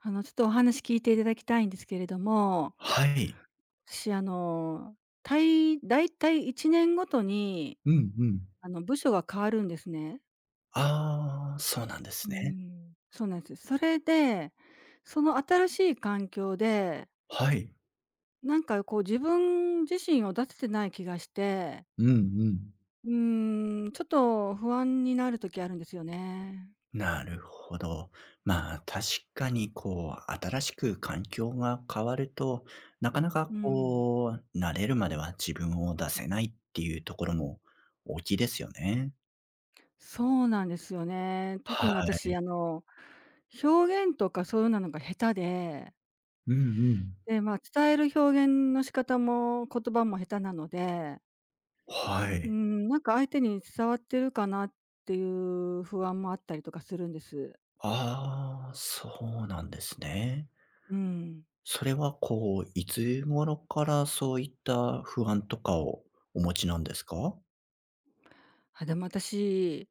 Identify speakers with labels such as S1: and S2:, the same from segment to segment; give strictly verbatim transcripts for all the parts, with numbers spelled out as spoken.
S1: あの、ちょっとお話聞いていただきたいんですけれども、
S2: はい。
S1: 私、あの、たい大体いちねんごとに、
S2: うんうん。
S1: あの、部署が変わるんですね。
S2: ああ、そうなんで
S1: う
S2: す
S1: ー
S2: ね。
S1: ん。そうなんです。それで、その新しい環境で、
S2: はい。
S1: なんかこう自分自身を出せてない気がして、
S2: うんうん。
S1: うーん、ちょっと不安になる時あるんですよね。
S2: なるほど。まあ、確かにこう、新しく環境が変わると、なかなか
S1: うん。
S2: こう、慣れるまでは自分を出せないっていうところも大きいですよね。
S1: そうなんですよね。特
S2: は
S1: に
S2: い。
S1: 私、あの、表現とかそういうなのが下手で
S2: うんうん。
S1: で、まあ、伝える表現の仕方も言葉も下手なので、
S2: は
S1: う
S2: い。
S1: ん、なんか相手に伝わってるかなっていう不安もあったりとかするんです。
S2: ああ、そうなんですね。
S1: うん。
S2: それはこう、いつ頃からそういった不安とかをお持ちなんですか？
S1: あ、でも私、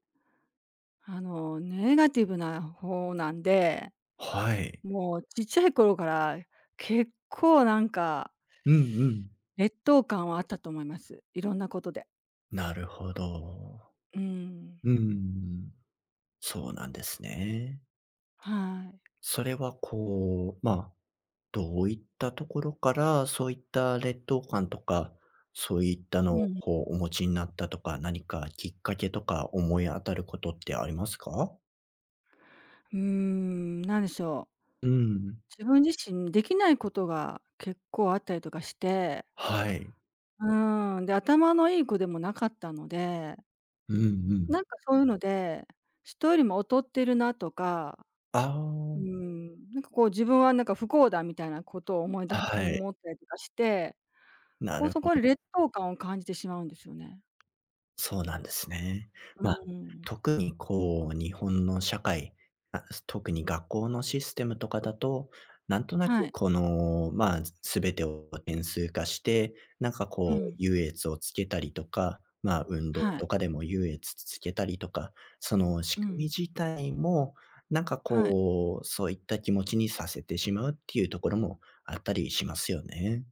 S1: あの、ネガティブな方なんで、
S2: はい。
S1: もうちっちゃい頃から結構なんか
S2: うんうん。
S1: 劣等感はあったと思います。いろんなことで。
S2: なるほど。
S1: うん。
S2: うーん。そうなんですね。
S1: はい。
S2: それはこう、まあ、どういったところから、そういった劣等感とか、そういったの
S1: う
S2: を
S1: ん。
S2: こうお持ちになったとか、何かきっかけとか思い当たることってありますか？
S1: うーん、なんでしょう。
S2: うーん。
S1: 自分自身できないことが結構あったりとかして、
S2: はい。
S1: うーん、で、頭のいい子でもなかったので、
S2: うんう
S1: なん
S2: ん。
S1: かそういうので、人よりも劣ってるなとか、
S2: あ
S1: うー
S2: あ、
S1: ん、なんかこう自分はなんか不幸だみたいなことを思い
S2: は
S1: だ
S2: い、
S1: 思ったりとかして、
S2: な
S1: こう
S2: る
S1: そ
S2: ほ
S1: こで
S2: ど。
S1: 劣等感を感じてしまうんですよね。
S2: そうなんですね。
S1: う
S2: まあ、
S1: ーん。
S2: 特にこう、日本の社会、あ、特に学校のシステムとかだと、なんとな
S1: は
S2: く
S1: い。
S2: この、まあ、全てを点数化して、なんか
S1: う
S2: こう
S1: ん。
S2: 優越をつけたりとか、まあ、運動
S1: はい。
S2: とかでも優越つけたりとか、その仕
S1: う
S2: 組み
S1: ん。
S2: 自体も、なんか
S1: はい。
S2: こう、そういった気持ちにさせてしまうっていうところもあったりしますよね。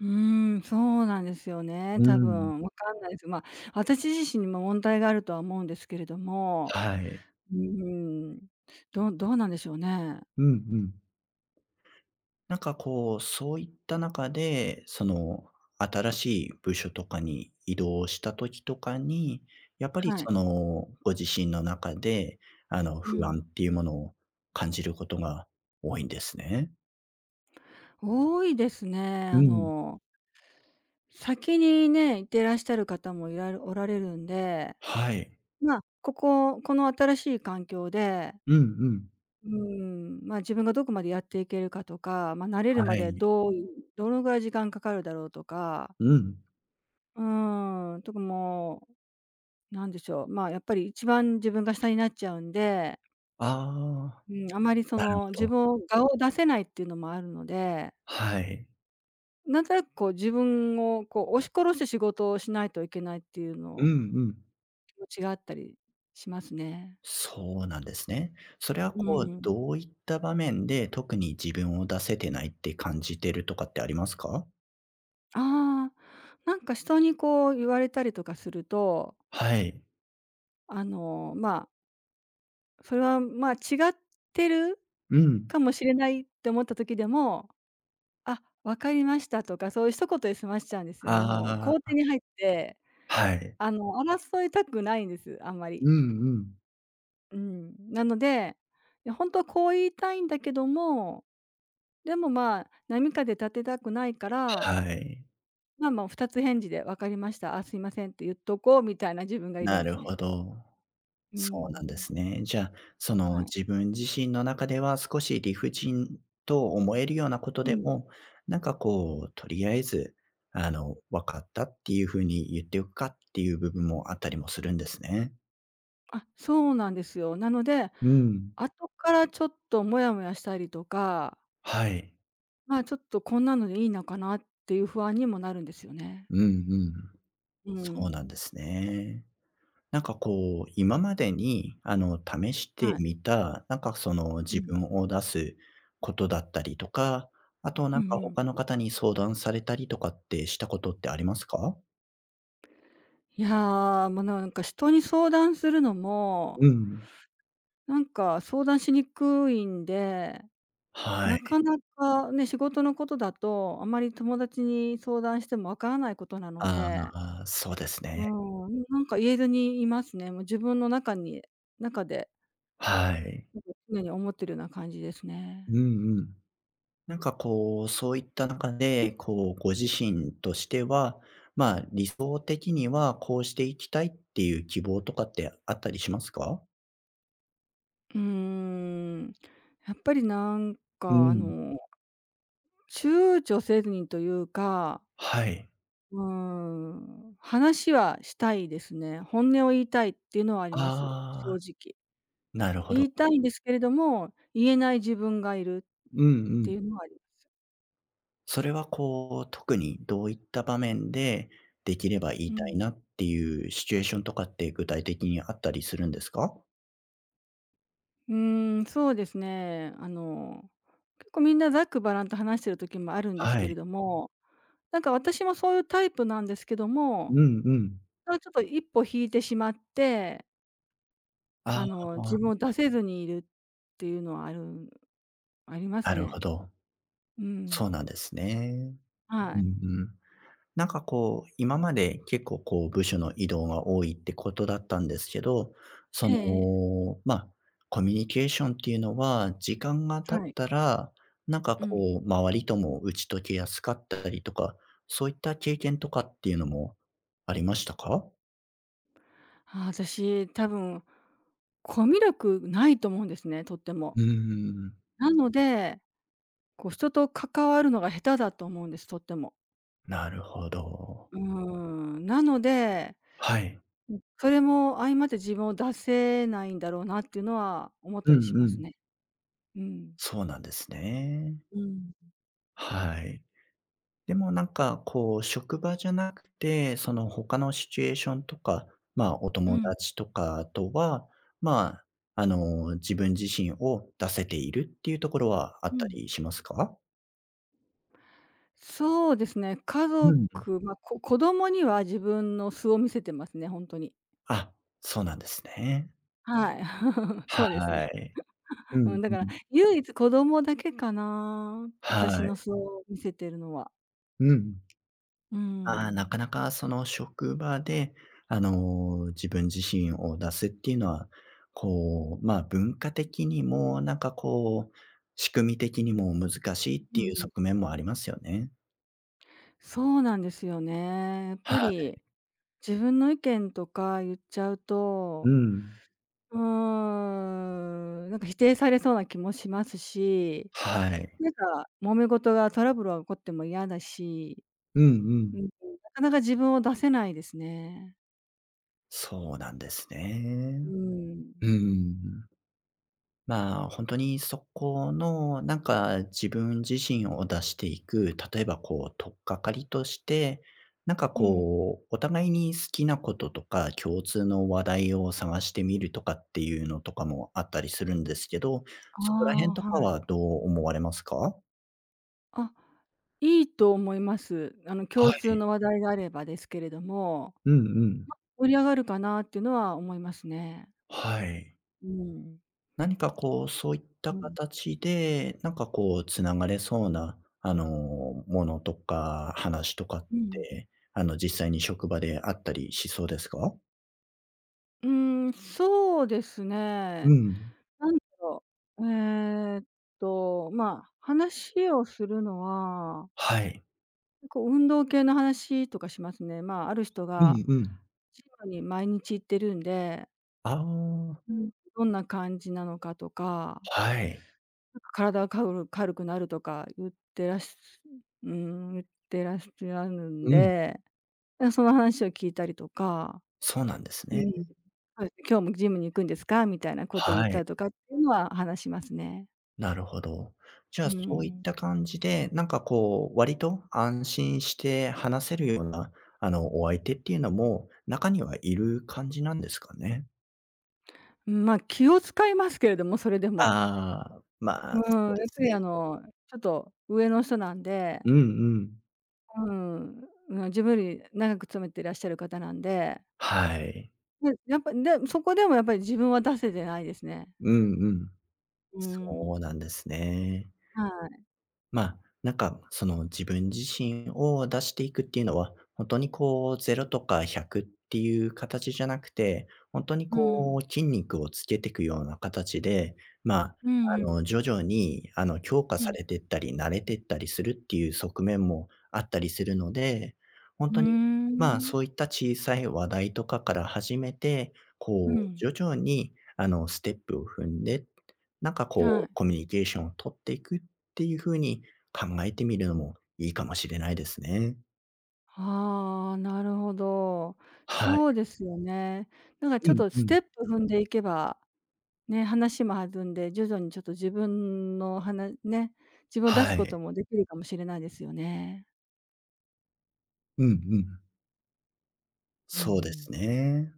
S1: うーん、そうなんですよね、
S2: う
S1: 多
S2: ん、
S1: 分。わかんないです。ま、私自身にも問題があるとは思うんですけれども、
S2: はい。
S1: うーん、どどうなんでしょうね。
S2: うんうん。なんかこう、そういった中で、その、新しい部署とかに移動した時とかに、やっぱり
S1: はい。
S2: その、ご自身の中で、あの、
S1: う
S2: 不
S1: ん、
S2: 安っていうものを感じることが多いんですね。
S1: 多いですね。
S2: う
S1: あ
S2: ん。
S1: の、先にね、行ってらっしゃる方もいられおられるんで、
S2: はい。
S1: まあ、こここの新しい環境で、
S2: うんうん。
S1: うーん、まあ、自分がどこまでやっていけるかとか、まあ、慣れる
S2: は
S1: まで
S2: い。
S1: どういどのぐらい時間かかるだろうとか、
S2: うん。
S1: うーん、とかもう、なんでしょう、まあ、やっぱり一番自分が下になっちゃうんで、
S2: ああ、
S1: うん、あまりそ
S2: なる
S1: の
S2: ほ
S1: 自
S2: ど。
S1: 分を、顔を出せないっていうのもあるので、
S2: はい。
S1: なんとなくこう自分をこう押し殺して仕事をしないといけないっていう
S2: うん
S1: の
S2: うん。
S1: 気持ちがあったりしますね。
S2: そうなんですね。それは
S1: う
S2: こう、
S1: ん。
S2: どういった場面で、特に自分を出せてないって感じてるとかってありますか？
S1: ああ、なんか人にこう言われたりとかすると、
S2: はい。
S1: あの、まあ、それはまあ違ってる
S2: うん。
S1: かもしれないって思った時でも、あ、わかりましたとか、そういう一言で済ましちゃうんですよね。もう
S2: あ
S1: 肯定
S2: あ、
S1: に入って、
S2: はい。
S1: あの争いたくないんです、あんまり。
S2: うんうん。
S1: うん。なので、いや本当はこう言いたいんだけども、でも、まあ、波風立てたくないから、
S2: はい。
S1: まあまあ、もうふたつ返事で「分かりました。あ、すいません」って言っとこうみたいな自分がいるん
S2: な
S1: で
S2: る
S1: す
S2: ほ
S1: ね。
S2: ど。
S1: うー
S2: そうなんで
S1: ん。
S2: すね。じゃあ、その
S1: はい。
S2: 自分自身の中では少し理不尽と思えるようなこと
S1: う
S2: で
S1: ん。
S2: も、なんかこう、とりあえず、あの、分かったっていう風に言っておくかっていう部分もあったりもするんですね。
S1: あ、そうなんですよ。なので、
S2: うん。
S1: 後からちょっとモヤモヤしたりとか、
S2: はい。
S1: まあ、ちょっとこんなのでいいのかなっていう不安にもなるんですよね。
S2: うんうん。
S1: う
S2: そうなんで
S1: ん。
S2: すね。なんかこう、今までに、あの、試して
S1: はい。
S2: みた、なんかその
S1: う
S2: 自
S1: ん。
S2: 分を出すことだったりとか、あと
S1: う
S2: なん
S1: ん
S2: か
S1: うん。
S2: 他の方に相談されたりとかってしたことってありますか？
S1: いや、もう、なんか人に相談するのも、
S2: うん。
S1: なんか相談しにくいんで、
S2: は
S1: なか
S2: い。
S1: なかね、仕事のことだと、あまり友達に相談してもわからないことなの
S2: あ
S1: で、
S2: あ、そうです
S1: うー
S2: ね。
S1: ん、なんか言えずにいますね。もう自分の中に中で、
S2: はい。
S1: なんか常に思ってるような感じです
S2: う
S1: ね。
S2: んうん。なんかこう、そういった中で、こう、ご自身としては、まあ、理想的にはこうしていきたいっていう希望とかってあったりしますか？
S1: うーん、やっぱりなん
S2: う
S1: かあ
S2: ん。
S1: の、躊躇せずにというか、
S2: はい。
S1: うーん、話はしたいですね。本音を言いたいっていうのはあります、正
S2: ああ。
S1: 直。
S2: なるほど。
S1: 言いたいんですけれども、言えない自分がいる
S2: うんう
S1: って
S2: ん。
S1: いうのはあります。
S2: それはこう、特にどういった場面で、できれば言
S1: う
S2: いた
S1: ん。
S2: いなっていうシチュエーションとかって具体的にあったりするんですか？
S1: うーん、そうですね。あの、結構みんなざっくばらんと話してる時もあるんです
S2: は
S1: けれ
S2: い。
S1: ども、なんか私もそういうタイプなんですけど
S2: う
S1: も、
S2: んうん。
S1: それはちょっと一歩引いてしまって、
S2: あ
S1: あ
S2: あ、
S1: の、自分を出せずにいるっていうのはあるあります
S2: なるほ
S1: ね。
S2: ど。
S1: うん。
S2: そうなんですね。う
S1: は
S2: んう
S1: い。
S2: ん。なんかこう、今まで結構こう部署の移動が多いってことだったんですけど、そ
S1: ええええ。
S2: の、まあ、コミュニケーションっていうのは、時間が経っ
S1: はい。
S2: たら、なんか
S1: うん。
S2: こう周りとも打ち解けやすかったりとか、そういった経験とかっていうのもありましたか？
S1: ああ、私多分、コミュ力ないと思うんですね、とっても。
S2: うーん。
S1: なのでこう人と関わるのが下手だと思うんです、とっても。
S2: なるほど。
S1: うーん、なので、
S2: はい。
S1: それも相まって自分を出せないんだろうなっていうのは思った
S2: う
S1: りし
S2: ん
S1: ま
S2: う
S1: す
S2: ん。
S1: ね。うん。
S2: そうなんですね。
S1: うん。
S2: はい。でもなんか、こう、職場じゃなくて、その他のシチュエーションとか、まあ、お
S1: う
S2: 友
S1: ん。
S2: 達とかとは、まあ、あの、自分自身を出せているっていうところはあっ
S1: う
S2: た
S1: ん。
S2: りしますか？
S1: そうですね、家
S2: うん。
S1: 族、ま、こ子供には自分の素を見せてますね、ほんとに。
S2: あ、そうなんですね。
S1: はい。そうです
S2: は
S1: ね。
S2: い。うん
S1: うん、だか
S2: う
S1: ら
S2: ん。
S1: 唯一子供だけかな、私
S2: はい。
S1: の素を見せてるのは。
S2: うん。
S1: う
S2: ああ、な
S1: ー
S2: かなかその職場で、あの、自分自身を出すっていうのは、こう、まあ、文化的にも、なんかこう、仕組み的にも難しいっ
S1: うん
S2: て
S1: う
S2: いう
S1: ん。
S2: 側面もありますよね。
S1: そうなんですよね。やっぱ
S2: はい。
S1: り自分の意見とか言っちゃう
S2: う
S1: と、
S2: ん。
S1: うーん、なんか否定されそうな気もしますし、
S2: はい。
S1: なんか揉め事がトラブルが起こっても嫌だし、
S2: うんう
S1: うん、
S2: ん。
S1: なかなか自分を出せないですね。
S2: そうなんです
S1: う
S2: ね。
S1: ん。
S2: うん。まあ、本当にそこの、なんか自分自身を出していく、例えばこう、取っかかりとして、なんか
S1: うん。
S2: こう、お互いに好きなこととか、共通の話題を探してみるとかっていうのとかもあったりするんですけど、
S1: あ
S2: そこら辺と
S1: あ、
S2: か
S1: はい。
S2: はどう思われますか？
S1: あ、いいと思います。あの
S2: は
S1: 共通
S2: い。
S1: の話題があればですけれども、
S2: うんうん。
S1: 盛り上がるかなっていうのは思いますね。
S2: はい。
S1: うん。
S2: 何かこう、そういった
S1: うん。
S2: 形で、なんかこうつながれそうな、あの、ものとか話とかっ
S1: うん。
S2: て、あの、実際に職場であったりしそうですか？
S1: うーん、そうです
S2: う
S1: ね。
S2: ん。
S1: なんだろう、えーっと、まあ、話をするのは、
S2: はい。
S1: こう運動系の話とかしますね。まあ、ある人
S2: う
S1: が
S2: んうん。
S1: ジムに毎日行ってるんで、
S2: ああ、
S1: うん。どんな感じなのかとか、
S2: はい。
S1: なんか体が軽く軽くなるとか言ってらっしうん、言ってらっしゃるん
S2: うん。
S1: で、その話を聞いたりとか。
S2: そうなんですね。
S1: そうですね、「今日もジムに行くんですか？」みたいなことを言っ
S2: は
S1: た
S2: い、
S1: りとかっていうのは話しますね。
S2: なるほど。じゃあ、
S1: う
S2: そういっ
S1: ん。
S2: た感じで、なんかこう、割と安心して話せるような、あの、お相手っていうのも、中にはいる感じなんですかね？
S1: まあ気を使いますけれども、それで
S2: あ
S1: も。
S2: あ、ま
S1: う
S2: あ、そ
S1: ん、や
S2: う
S1: っ
S2: で
S1: ぱ
S2: すね。
S1: りあの、ちょっと上の人なんで、
S2: うんうん。
S1: うん、うん、自分より長く勤めていらっしゃる方なんで、
S2: はい。
S1: で、やっぱ、で、そこでもやっぱり自分は出せてないですね。
S2: うんうん。
S1: う
S2: そうなん
S1: ん。
S2: ですね。
S1: はい。
S2: まあ、なんか、その自分自身を出していくっていうのは、本当にこうゼロとかひゃくっていう形じゃなくて、本当に
S1: う
S2: こ
S1: ん。
S2: う筋肉をつけていくような形で、まあ、
S1: うんう
S2: あ
S1: ん。
S2: の、徐々にあの、強化
S1: う
S2: さ
S1: ん。
S2: れていったり、慣れていったりするっていう側面もあったりするので、本
S1: うー
S2: 当に、まあ、
S1: ん。
S2: そういった小さい話題とかから始めて、
S1: う
S2: こう
S1: ん。
S2: 徐々にあの、ステップを踏んで、なんか
S1: は
S2: こ
S1: い。
S2: うコミュニケーションを取っていくっっていう風に考えてみるのもいいかもしれないですね。
S1: ああ、なるほど。
S2: はい。
S1: そうですよね。なんかちょ
S2: う
S1: っ
S2: ん
S1: と
S2: う
S1: ス
S2: ん。
S1: テップ踏んでいけば、ね、話も弾んで、徐々にちょっと自分のはなね、自分を出す
S2: は
S1: こと
S2: い。
S1: もできるかもしれないですよね。
S2: うんうん。
S1: うんう
S2: そうで
S1: ん。
S2: すね。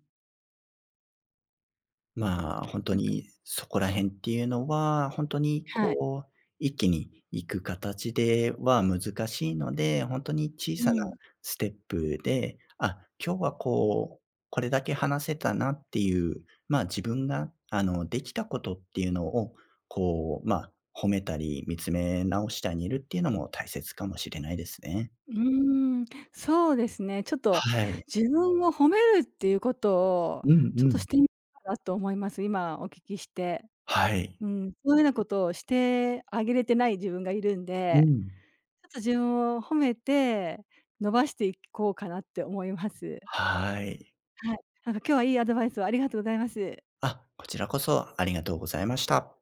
S2: まあ、本当
S1: なんか
S2: にそこら辺っていうのは、本当に
S1: はい。
S2: こう、一気に行く形では難しいので、本当に小
S1: う
S2: さな
S1: ん。
S2: ステップで、あ、今日はこう、これだけ話せたなっていう、まあ、自分があの、できたことっていうのを、こう、まあ、褒めたり、見つめ直してあげるっていうのも大切かもしれないですね。
S1: うーん、そうですね。ちょっと
S2: はい。
S1: 自分を褒めるっていうことを、
S2: うん
S1: ちょっ
S2: う
S1: とし
S2: ん。
S1: てみようかなと思います。今お聞きして。
S2: はい。
S1: うん、そういうようなことをしてあげれてない自分がいるん
S2: う
S1: で、
S2: ん。
S1: ちょっと自分を褒めて、伸ばしていこうかなって思います。
S2: はい。
S1: はい。なんか今日はいいアドバイスをありがとうございます。
S2: あ、こちらこそありがとうございました。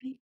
S1: はい。